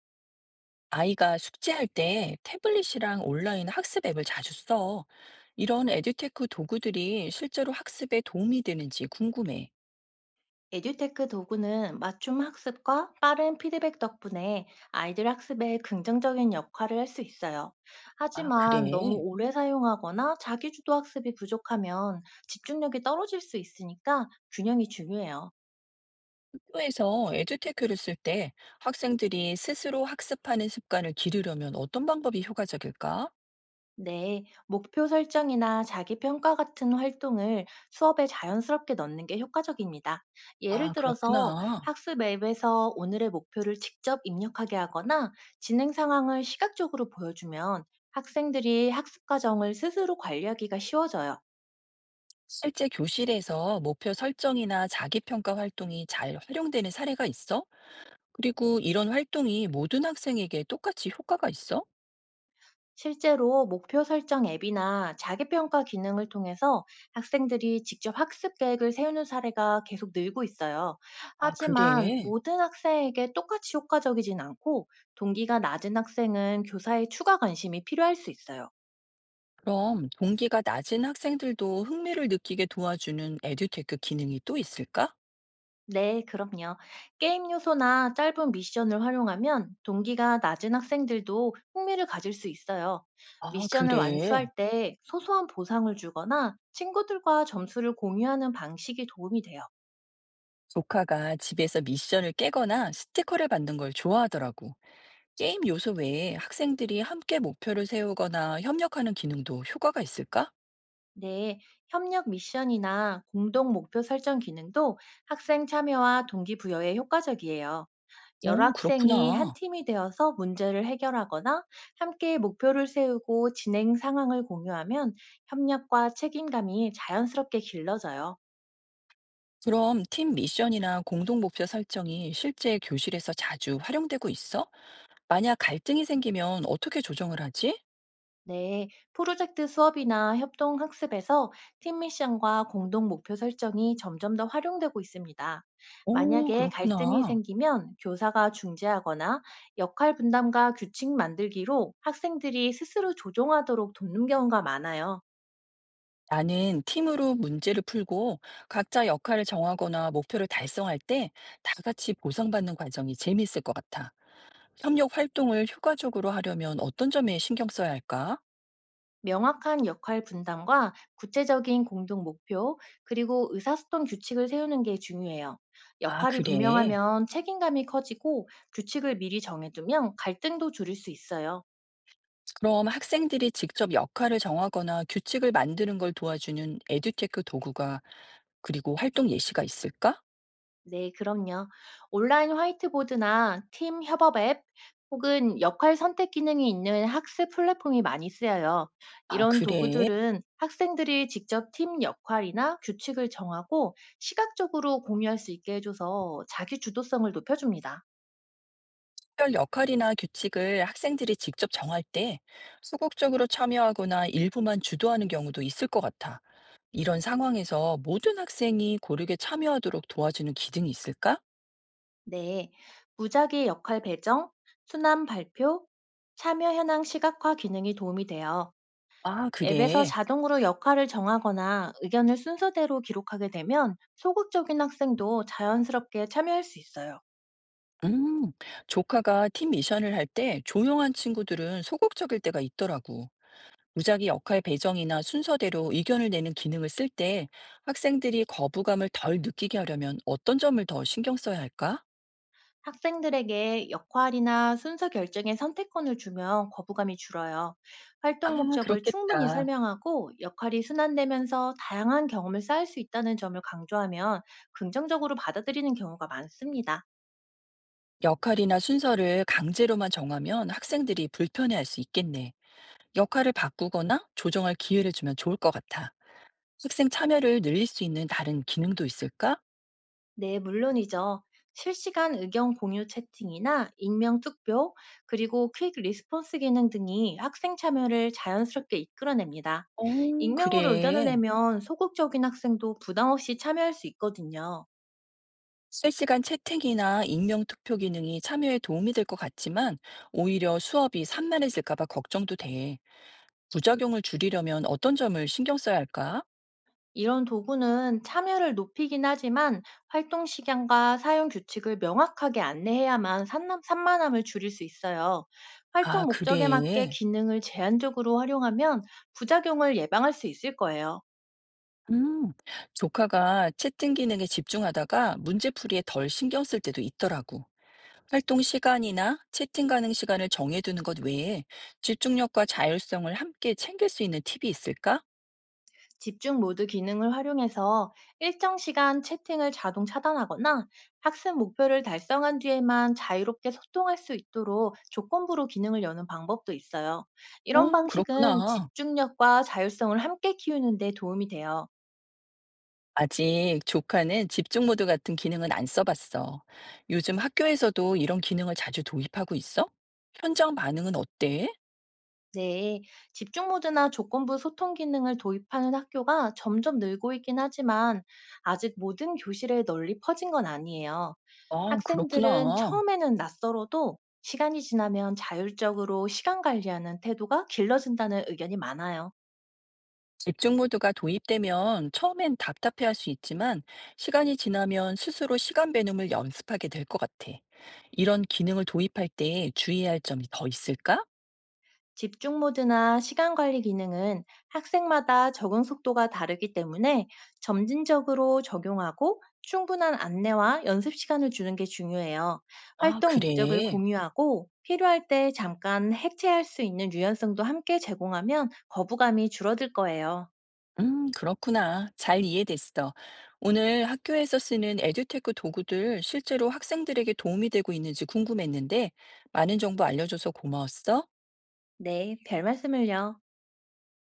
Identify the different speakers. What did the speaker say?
Speaker 1: 아이가 숙제할 때 태블릿이랑 온라인 학습 앱을 자주 써. 이런 에듀테크 도구들이 실제로 학습에 도움이 되는지 궁금해.
Speaker 2: 에듀테크 도구는 맞춤 학습과 빠른 피드백 덕분에 아이들 학습에 긍정적인 역할을 할 수 있어요.
Speaker 1: 아,
Speaker 2: 하지만 너무
Speaker 1: 그래.
Speaker 2: 오래 사용하거나 자기주도 학습이 부족하면 집중력이 떨어질 수 있으니까 균형이 중요해요.
Speaker 1: 학교에서 에듀테크를 쓸 때 학생들이 스스로 학습하는 습관을 기르려면 어떤 방법이 효과적일까?
Speaker 2: 네, 목표 설정이나 자기평가 같은 활동을 수업에 자연스럽게 넣는 게 효과적입니다. 예를
Speaker 1: 아,
Speaker 2: 들어서
Speaker 1: 그렇구나.
Speaker 2: 학습 앱에서 오늘의 목표를 직접 입력하게 하거나 진행 상황을 시각적으로 보여주면 학생들이 학습 과정을 스스로 관리하기가 쉬워져요.
Speaker 1: 실제 교실에서 목표 설정이나 자기평가 활동이 잘 활용되는 사례가 있어? 그리고 이런 활동이 모든 학생에게 똑같이 효과가 있어?
Speaker 2: 실제로 목표 설정 앱이나 자기평가 기능을 통해서 학생들이 직접 학습 계획을 세우는 사례가 계속 늘고 있어요.
Speaker 1: 아,
Speaker 2: 하지만
Speaker 1: 그래.
Speaker 2: 모든 학생에게 똑같이 효과적이진 않고 동기가 낮은 학생은 교사의 추가 관심이 필요할 수 있어요.
Speaker 1: 그럼 동기가 낮은 학생들도 흥미를 느끼게 도와주는 에듀테크 기능이 또 있을까?
Speaker 2: 네, 그럼요. 게임 요소나 짧은 미션을 활용하면 동기가 낮은 학생들도 흥미를 가질 수 있어요.
Speaker 1: 아,
Speaker 2: 미션을
Speaker 1: 그래.
Speaker 2: 완수할 때 소소한 보상을 주거나 친구들과 점수를 공유하는 방식이 도움이 돼요.
Speaker 1: 조카가 집에서 미션을 깨거나 스티커를 받는 걸 좋아하더라고. 게임 요소 외에 학생들이 함께 목표를 세우거나 협력하는 기능도 효과가 있을까?
Speaker 2: 네, 협력 미션이나 공동 목표 설정 기능도 학생 참여와 동기부여에 효과적이에요. 여러
Speaker 1: 어,
Speaker 2: 학생이 한
Speaker 1: 그렇구나.
Speaker 2: 팀이 되어서 문제를 해결하거나 함께 목표를 세우고 진행 상황을 공유하면 협력과 책임감이 자연스럽게 길러져요.
Speaker 1: 그럼 팀 미션이나 공동 목표 설정이 실제 교실에서 자주 활용되고 있어? 만약 갈등이 생기면 어떻게 조정을 하지?
Speaker 2: 네, 프로젝트 수업이나 협동 학습에서 팀 미션과 공동 목표 설정이 점점 더 활용되고 있습니다.
Speaker 1: 오,
Speaker 2: 만약에 갈등이
Speaker 1: 그렇구나.
Speaker 2: 생기면 교사가 중재하거나 역할 분담과 규칙 만들기로 학생들이 스스로 조종하도록 돕는 경우가 많아요.
Speaker 1: 나는 팀으로 문제를 풀고 각자 역할을 정하거나 목표를 달성할 때 다 같이 보상받는 과정이 재미있을 것 같아. 협력 활동을 효과적으로 하려면 어떤 점에 신경 써야 할까?
Speaker 2: 명확한 역할 분담과 구체적인 공동 목표, 그리고 의사소통 규칙을 세우는 게 중요해요.
Speaker 1: 아,
Speaker 2: 역할이
Speaker 1: 그래.
Speaker 2: 분명하면 책임감이 커지고 규칙을 미리 정해두면 갈등도 줄일 수 있어요.
Speaker 1: 그럼 학생들이 직접 역할을 정하거나 규칙을 만드는 걸 도와주는 에듀테크 도구가 그리고 활동 예시가 있을까?
Speaker 2: 네, 그럼요. 온라인 화이트보드나 팀 협업 앱 혹은 역할 선택 기능이 있는 학습 플랫폼이 많이 쓰여요.
Speaker 1: 아,
Speaker 2: 이런
Speaker 1: 그래.
Speaker 2: 도구들은 학생들이 직접 팀 역할이나 규칙을 정하고 시각적으로 공유할 수 있게 해줘서 자기 주도성을 높여줍니다.
Speaker 1: 특별 역할이나 규칙을 학생들이 직접 정할 때 소극적으로 참여하거나 일부만 주도하는 경우도 있을 것 같아. 이런 상황에서 모든 학생이 고르게 참여하도록 도와주는 기능이 있을까?
Speaker 2: 네, 무작위 역할 배정, 순환 발표, 참여 현황 시각화 기능이 도움이 돼요.
Speaker 1: 아,
Speaker 2: 앱에서
Speaker 1: 그래.
Speaker 2: 자동으로 역할을 정하거나 의견을 순서대로 기록하게 되면 소극적인 학생도 자연스럽게 참여할 수 있어요.
Speaker 1: 음, 조카가 팀 미션을 할 때 조용한 친구들은 소극적일 때가 있더라고. 무작위 역할 배정이나 순서대로 의견을 내는 기능을 쓸 때 학생들이 거부감을 덜 느끼게 하려면 어떤 점을 더 신경 써야 할까?
Speaker 2: 학생들에게 역할이나 순서 결정의 선택권을 주면 거부감이 줄어요.
Speaker 1: 아,
Speaker 2: 활동 목적을 충분히
Speaker 1: 그렇겠다.
Speaker 2: 설명하고 역할이 순환되면서 다양한 경험을 쌓을 수 있다는 점을 강조하면 긍정적으로 받아들이는 경우가 많습니다.
Speaker 1: 역할이나 순서를 강제로만 정하면 학생들이 불편해할 수 있겠네. 역할을 바꾸거나 조정할 기회를 주면 좋을 것 같아. 학생 참여를 늘릴 수 있는 다른 기능도 있을까?
Speaker 2: 네, 물론이죠. 실시간 의견 공유 채팅이나 익명 투표, 그리고 퀵 리스폰스 기능 등이 학생 참여를 자연스럽게 이끌어냅니다.
Speaker 1: 어,
Speaker 2: 익명으로 의견을
Speaker 1: 그래.
Speaker 2: 내면 소극적인 학생도 부담 없이 참여할 수 있거든요.
Speaker 1: 실시간 채팅이나 익명 투표 기능이 참여에 도움이 될 것 같지만 오히려 수업이 산만해질까 봐 걱정도 돼. 부작용을 줄이려면 어떤 점을 신경 써야 할까?
Speaker 2: 이런 도구는 참여를 높이긴 하지만 활동 시간과 사용 규칙을 명확하게 안내해야만 산만함을 줄일 수 있어요. 활동
Speaker 1: 아,
Speaker 2: 목적에 맞게
Speaker 1: 그래.
Speaker 2: 기능을 제한적으로 활용하면 부작용을 예방할 수 있을 거예요.
Speaker 1: 음, 조카가 채팅 기능에 집중하다가 문제풀이에 덜 신경 쓸 때도 있더라고. 활동 시간이나 채팅 가능 시간을 정해두는 것 외에 집중력과 자율성을 함께 챙길 수 있는 팁이 있을까?
Speaker 2: 집중 모드 기능을 활용해서 일정 시간 채팅을 자동 차단하거나 학습 목표를 달성한 뒤에만 자유롭게 소통할 수 있도록 조건부로 기능을 여는 방법도 있어요. 이런
Speaker 1: 오,
Speaker 2: 방식은
Speaker 1: 그렇구나.
Speaker 2: 집중력과 자율성을 함께 키우는 데 도움이 돼요.
Speaker 1: 아직 조카는 집중 모드 같은 기능은 안 써 봤어. 요즘 학교에서도 이런 기능을 자주 도입하고 있어? 현장 반응은 어때?
Speaker 2: 네, 집중 모드나 조건부 소통 기능을 도입하는 학교가 점점 늘고 있긴 하지만 아직 모든 교실에 널리 퍼진 건 아니에요.
Speaker 1: 아,
Speaker 2: 학생들은
Speaker 1: 그렇구나.
Speaker 2: 처음에는 낯설어도 시간이 지나면 자율적으로 시간 관리하는 태도가 길러진다는 의견이 많아요.
Speaker 1: 집중 모드가 도입되면 처음엔 답답해할 수 있지만 시간이 지나면 스스로 시간 배념을 연습하게 될 것 같아. 이런 기능을 도입할 때 주의해야 할 점이 더 있을까?
Speaker 2: 집중 모드나 시간 관리 기능은 학생마다 적응 속도가 다르기 때문에 점진적으로 적용하고 충분한 안내와 연습 시간을 주는 게 중요해요.
Speaker 1: 아,
Speaker 2: 활동 목적을
Speaker 1: 그래.
Speaker 2: 공유하고 필요할 때 잠깐 해체할 수 있는 유연성도 함께 제공하면 거부감이 줄어들 거예요.
Speaker 1: 그렇구나. 잘 이해됐어. 오늘 학교에서 쓰는 에듀테크 도구들 실제로 학생들에게 도움이 되고 있는지 궁금했는데, 많은 정보 알려줘서 고마웠어.
Speaker 2: 네, 별 말씀을요.